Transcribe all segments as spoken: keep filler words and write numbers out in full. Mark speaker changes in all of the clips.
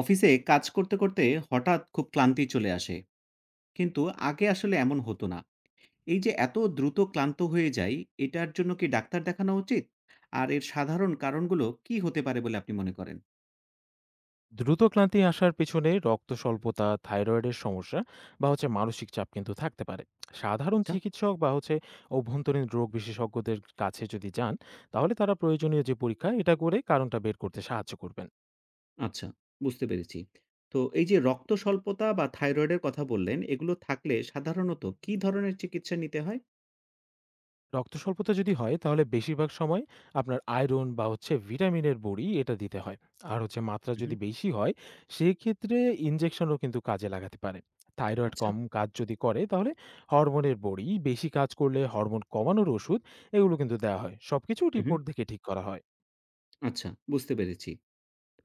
Speaker 1: অফিসে কাজ করতে করতে হঠাৎ খুব ক্লান্তি চলে আসে। কিন্তু আগে আসলে এমন হতো না। এই যে এত দ্রুত ক্লান্ত হয়ে যাই, এটার জন্য কি ডাক্তার দেখানো উচিত? আর এর সাধারণ কারণগুলো কি হতে পারে বলে আপনি মনে করেন?
Speaker 2: দ্রুত ক্লান্তি আসার পেছনে রক্ত স্বল্পতা, থাইরয়েডের সমস্যা বা হচ্ছে মানসিক চাপ কিন্তু থাকতে পারে। সাধারণ
Speaker 1: আচ্ছা।
Speaker 2: চিকিৎসক বা হচ্ছে অভ্যন্তরীণ রোগ বিশেষজ্ঞদের কাছে যদি যান, তাহলে তারা প্রয়োজনীয় যে পরীক্ষা এটা করে কারণটা বের করতে সাহায্য করবেন।
Speaker 1: আচ্ছা, বুঝতে পেরেছি। তো এই যে রক্ত স্বল্পতা বা থাইরয়েডের কথা বললেন, এগুলো থাকলে সাধারণত কি ধরনের চিকিৎসা নিতে হয়?
Speaker 2: রক্ত স্বল্পতা যদি হয় তাহলে বেশিরভাগ সময় আপনার আয়রন বা হচ্ছে ভিটামিনের বড়ি এটা দিতে হয়। আর হচ্ছে মাত্রা
Speaker 1: হুম।
Speaker 2: যদি বেশি হয় সেক্ষেত্রে ইনজেকশনও কিন্তু কাজে লাগাতে পারে। থাইরয়েড
Speaker 1: আচ্ছা।
Speaker 2: কম কাজ যদি করে তাহলে হরমোনের বড়ি, বেশি কাজ করলে হরমোন কমানোর ওষুধ, এগুলো কিন্তু দেওয়া হয়। সবকিছু
Speaker 1: হুম।
Speaker 2: রিপোর্ট দেখে ঠিক করা হয়।
Speaker 1: আচ্ছা, বুঝতে পেরেছি।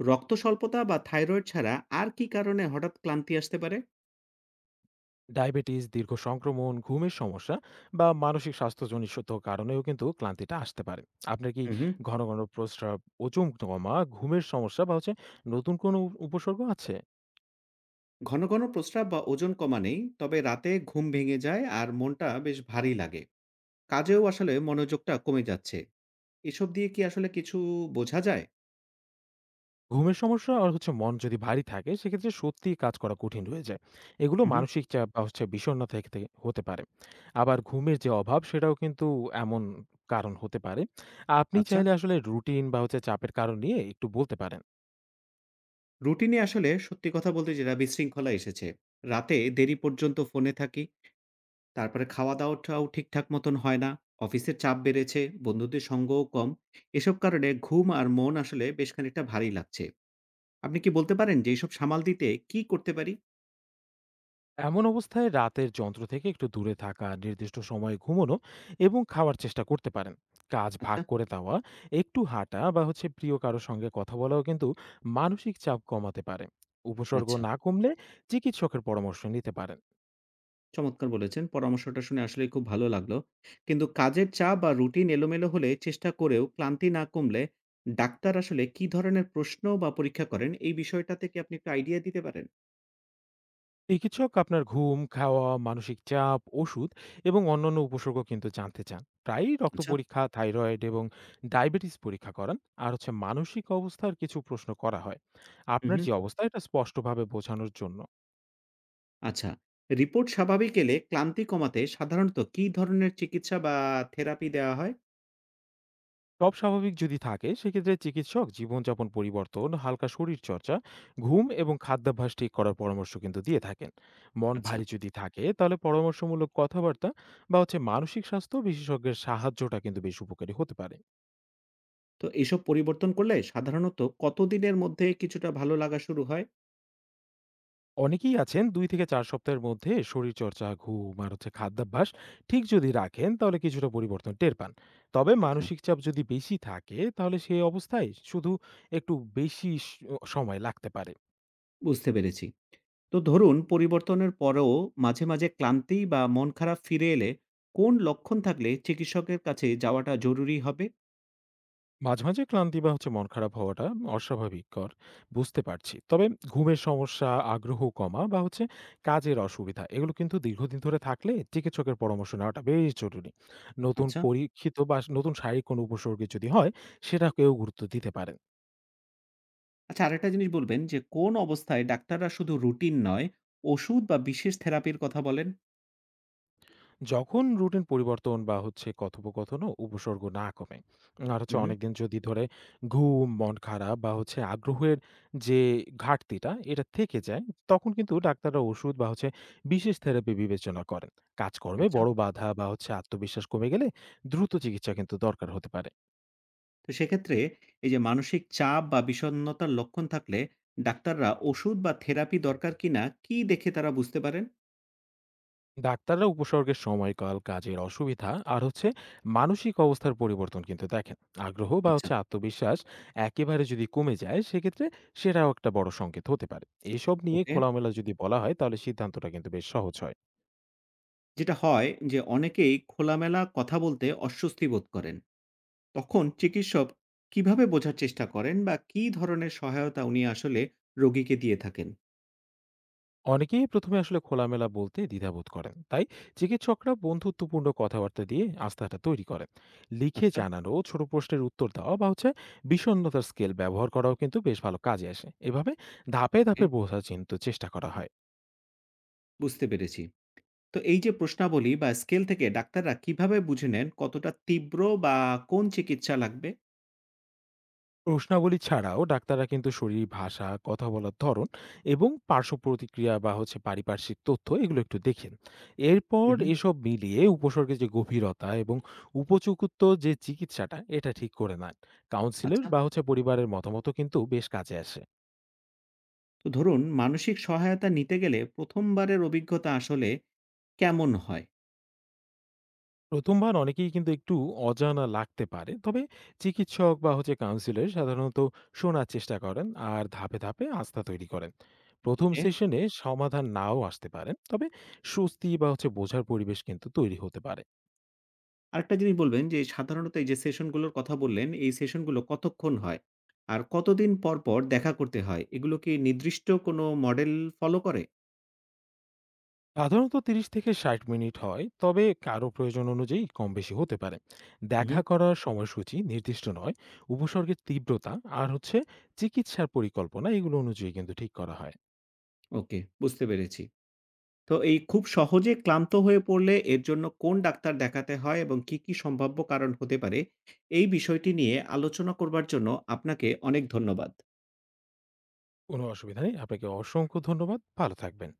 Speaker 1: রক্ত স্বল্পতা বা থাইরয়েড ছাড়া আর কি কারণে হঠাৎ ক্লান্তি আসতে পারে?
Speaker 2: ডায়াবেটিস, দীর্ঘ সংক্রমণ, ঘুমের সমস্যা বা মানসিক স্বাস্থ্যজনিত কারণেও কিন্তু ক্লান্তিটা আসতে পারে। আপনার কি
Speaker 1: হুম।
Speaker 2: ঘন, ঘন প্রস্রাব, ওজন কমা, ঘুমের সমস্যা বা হচ্ছে নতুন কোনো উপ- উপসর্গ আছে?
Speaker 1: ঘন ঘন প্রস্রাব বা ওজন কমানেই, তবে রাতে ঘুম ভেঙে যায় আর মনটা বেশ ভারী লাগে। কাজেও আসলে মনোযোগটা কমে যাচ্ছে। এসব দিয়ে কি আসলে কিছু বোঝা যায়?
Speaker 2: ঘুমের সমস্যা আর হচ্ছে মন যদি ভারী থাকে সেক্ষেত্রে সত্যিই কাজ করা কঠিন হয়ে যায়। এগুলো
Speaker 1: হুম।
Speaker 2: মানসিক চাপ বা হচ্ছে বিষণ্ণতা থেকে থেকে হতে পারে। আবার ঘুমের যে অভাব সেটাও কিন্তু এমন কারণ হতে পারে। আপনি
Speaker 1: আচ্ছা।
Speaker 2: চাইলে আসলে রুটিন বা হচ্ছে চাপের কারণ নিয়ে একটু বলতে পারেন।
Speaker 1: রুটিনে আসলে সত্যি কথা বলতে যেটা বিশৃঙ্খলা এসেছে, রাতে দেরি পর্যন্ত ফোনে থাকি, তারপরে খাওয়া দাওয়াটাও ঠিকঠাক মতন হয় না, অফিসের চাপ বেড়েছে, বন্ধুদের সঙ্গও কম। এসব কারণে ঘুম আর মন আসলে বেশ খানিকটা ভারী লাগছে। আপনি কি বলতে পারেন যে এইসব সামাল দিতে কি করতে পারি?
Speaker 2: এমন অবস্থায় রাতের যন্ত্র থেকে একটু দূরে থাকা, নির্দিষ্ট সময়ে ঘুমানো এবং খাওয়ার চেষ্টা করতে পারেন। কাজ ভাগ
Speaker 1: আচ্ছা।
Speaker 2: করে দেওয়া, একটু হাঁটা বা হচ্ছে প্রিয় কারোর সঙ্গে কথা বলাও কিন্তু মানসিক চাপ কমাতে পারে। উপসর্গ
Speaker 1: আচ্ছা।
Speaker 2: না কমলে চিকিৎসকের পরামর্শ নিতে পারেন।
Speaker 1: চমৎকার বলেছেন। পরামর্শটা শুনে আসলেই খুব ভালো লাগলো। কিন্তু কাজের চাপ বা রুটিন এলোমেলো হলে চেষ্টা করেও ক্লান্তি না কমলে ডাক্তার আসলে কি ধরনের প্রশ্ন বা পরীক্ষা করেন? এই বিষয়টাতে কি আপনি একটু আইডিয়া দিতে পারেন?
Speaker 2: চিকিৎসক আপনার ঘুম, খাওয়া, মানসিক চাপ, ওষুধ এবং অন্যান্য উপসর্গ কিন্তু জানতে চান। প্রায়ই রক্ত
Speaker 1: আচ্ছা।
Speaker 2: পরীক্ষা, থাইরয়েড এবং ডায়াবেটিস পরীক্ষা করান, আর হচ্ছে মানসিক অবস্থার কিছু প্রশ্ন করা হয়
Speaker 1: হুম,
Speaker 2: আপনার
Speaker 1: হুম।
Speaker 2: যে অবস্থা এটা স্পষ্টভাবে বোঝানোর জন্য।
Speaker 1: আচ্ছা। রিপোর্ট স্বাভাবিক এলে ক্লান্তি কমাতে সাধারণত কি ধরনের চিকিৎসা বা থেরাপি দেওয়া হয়?
Speaker 2: সব স্বাভাবিক যদি থাকে সেক্ষেত্রে চিকিৎসক জীবনযাপন পরিবর্তন, হালকা শরীরচর্চা, ঘুম এবং খাদ্যাভ্যাস ঠিক করার পরামর্শ কিন্তু দিয়ে থাকেন। মন
Speaker 1: আচ্ছা।
Speaker 2: ভারী যদি থাকে তাহলে পরামর্শমূলক কথাবার্তা বা হচ্ছে মানসিক স্বাস্থ্য বিশেষজ্ঞের সাহায্যটা কিন্তু বেশ উপকারী হতে পারে।
Speaker 1: তো এইসব পরিবর্তন করলে সাধারণত কতদিনের মধ্যে কিছুটা ভালো লাগা শুরু হয়?
Speaker 2: অনেকেই আছেন দুই থেকে চার সপ্তাহের মধ্যে শরীরচর্চা, ঘুম আর হচ্ছে খাদ্যাভ্যাস ঠিক যদি রাখেন তাহলে কিছুটা পরিবর্তন টের পান। তবে
Speaker 1: আচ্ছা,
Speaker 2: মানসিক চাপ যদি বেশি থাকে তাহলে সেই অবস্থায় শুধু একটু বেশি স- সময় লাগতে পারে।
Speaker 1: বুঝতে পেরেছি। তো ধরুন পরিবর্তনের পরেও মাঝে, মাঝে ক্লান্তি বা মন খারাপ ফিরে এলে কোন লক্ষণ থাকলে চিকিৎসকের কাছে যাওয়াটা জরুরি হবে?
Speaker 2: মাঝে, মাঝে ক্লান্তি বা হচ্ছে মন খারাপ হওয়াটা অস্বাভাবিককর, বুঝতে পারছি। তবে ঘুমের সমস্যা, আগ্রহ কমা বা হচ্ছে কাজের অসুবিধা এগুলো কিন্তু দীর্ঘদিন ধরে থাকলে চিকিৎসকের পরামর্শ নেওয়াটা বেশ জরুরি। নতুন
Speaker 1: আচ্ছা।
Speaker 2: পরীক্ষিত বা নতুন শারীরিক কোনো উপসর্গে যদি হয় সেটাকেও গুরুত্ব দিতে পারেন।
Speaker 1: আচ্ছা, আরেকটা জিনিস বলবেন যে কোন অবস্থায় ডাক্তাররা শুধু রুটিন নয়, ওষুধ বা বিশেষ থেরাপির কথা বলেন?
Speaker 2: যখন রুটিন পরিবর্তন বা হচ্ছে কথোপকথনও উপসর্গ না কমে আর
Speaker 1: হু,
Speaker 2: হচ্ছে
Speaker 1: হু।
Speaker 2: অনেকদিন যদি ধরে ঘুম, মন খারাপ বা হচ্ছে আগ্রহের যে ঘাটতিটা এটা থেকে যায়, তখন কিন্তু ডাক্তাররা ওষুধ বা হচ্ছে বিশেষ থেরাপি বিবেচনা করেন। কাজকর্মে
Speaker 1: আচ্ছা।
Speaker 2: বড় বাধা বা হচ্ছে আত্মবিশ্বাস কমে গেলে দ্রুত চিকিৎসা কিন্তু দরকার হতে পারে।
Speaker 1: তো সেক্ষেত্রে এই যে মানসিক চাপ বা বিষণ্ণতার লক্ষণ থাকলে ডাক্তাররা ওষুধ বা থেরাপি দরকার কিনা কি দেখে তারা বুঝতে পারেন?
Speaker 2: ডাক্তাররা উপসর্গের সময়কাল, কাজের অসুবিধা আর হচ্ছে মানসিক অবস্থার পরিবর্তন কিন্তু দেখেন। আগ্রহ বা
Speaker 1: আচ্ছা।
Speaker 2: হচ্ছে আত্মবিশ্বাস একেবারে যদি কমে যায় সেক্ষেত্রে সেটাও একটা বড় সংকেত হতে পারে। এসব নিয়ে
Speaker 1: ওকে।
Speaker 2: খোলামেলা যদি বলা হয় তাহলে সিদ্ধান্তটা কিন্তু বেশ সহজ হয়।
Speaker 1: যেটা হয় যে অনেকেই খোলামেলা কথা বলতে অস্বস্তি বোধ করেন। তখন চিকিৎসক কিভাবে বোঝার চেষ্টা করেন বা কি ধরনের সহায়তা উনি আসলে রোগীকে দিয়ে থাকেন?
Speaker 2: অনেকেই প্রথমে আসলে খোলামেলা বলতে দ্বিধাবোধ করেন, তাই চিকিৎসকরা বন্ধুত্বপূর্ণ কথাবার্তা দিয়ে আস্থাটা তৈরি করেন। লিখে
Speaker 1: আচ্ছা,
Speaker 2: জানানো, ছোট প্রশ্নের উত্তর দেওয়া বা হচ্ছে বিষণ্ণতার স্কেল ব্যবহার করাও কিন্তু বেশ ভালো কাজে আসে। এভাবে ধাপে
Speaker 1: ওকে,
Speaker 2: ধাপে বোঝার কিন্তু চেষ্টা করা হয়।
Speaker 1: বুঝতে পেরেছি। তো এই যে প্রশ্নাবলী বা স্কেল থেকে ডাক্তাররা কিভাবে বুঝে নেন কতটা তীব্র বা কোন চিকিৎসা লাগবে?
Speaker 2: প্রশ্নাবলী ছাড়াও ডাক্তাররা কিন্তু শরীর ভাষা, কথা বলার ধরন এবং পার্শ্ব প্রতিক্রিয়া বা হচ্ছে পারিপার্শ্বিক তথ্য এগুলো একটু দেখেন। এরপর
Speaker 1: হুম, হুম,
Speaker 2: এসব মিলিয়ে উপসর্গের যে গভীরতা এবং উপযুক্ত যে চিকিৎসাটা এটা ঠিক করে নেন। কাউন্সিলর
Speaker 1: আচ্ছা।
Speaker 2: বা হচ্ছে পরিবারের মতামতও কিন্তু বেশ কাজে আসে।
Speaker 1: তো ধরুন মানসিক সহায়তা নিতে গেলে প্রথম বারের অভিজ্ঞতা আসলে কেমন হয়?
Speaker 2: প্রথমবার অনেকেই কিন্তু একটু অজানা লাগতে পারে। তবে চিকিৎসক বা হচ্ছে কাউন্সিলর সাধারণত শোনার চেষ্টা করেন আর ধাপে, ধাপে আস্থা তৈরি করেন। প্রথম
Speaker 1: ওকে।
Speaker 2: সেশনে সমাধান নাও আসতে পারেন। তবে স্বস্তি বা হচ্ছে বোঝার পরিবেশ কিন্তু তৈরি হতে পারে।
Speaker 1: আরেকটা জিনিস বলবেন যে সাধারণত এই যে সেশনগুলোর কথা বললেন, এই সেশনগুলো কতক্ষণ হয়? আর কতদিন পর, পর দেখা করতে হয়? এগুলো কি নির্দিষ্ট কোনো মডেল ফলো করে?
Speaker 2: সাধারণত ত্রিশ থেকে ষাট মিনিট হয়। তবে কারো প্রয়োজন অনুযায়ী কম বেশি হতে পারে।
Speaker 1: হু, হু।
Speaker 2: দেখা করার সময়সূচি নির্দিষ্ট নয়। উপসর্গের তীব্রতা আর হচ্ছে চিকিৎসার পরিকল্পনা এগুলো অনুযায়ী কিন্তু ঠিক করা হয়।
Speaker 1: ওকে, বুঝতে পেরেছি। তো এই খুব সহজে ক্লান্ত হয়ে পড়লে এর জন্য কোন ডাক্তার দেখাতে হয় এবং কি, কি সম্ভাব্য কারণ হতে পারে? এই বিষয়টি নিয়ে আলোচনা করবার জন্য আপনাকে অনেক ধন্যবাদ।
Speaker 2: কোনো অসুবিধা নেই। আপনাকে অসংখ্য ধন্যবাদ। ভালো থাকবেন।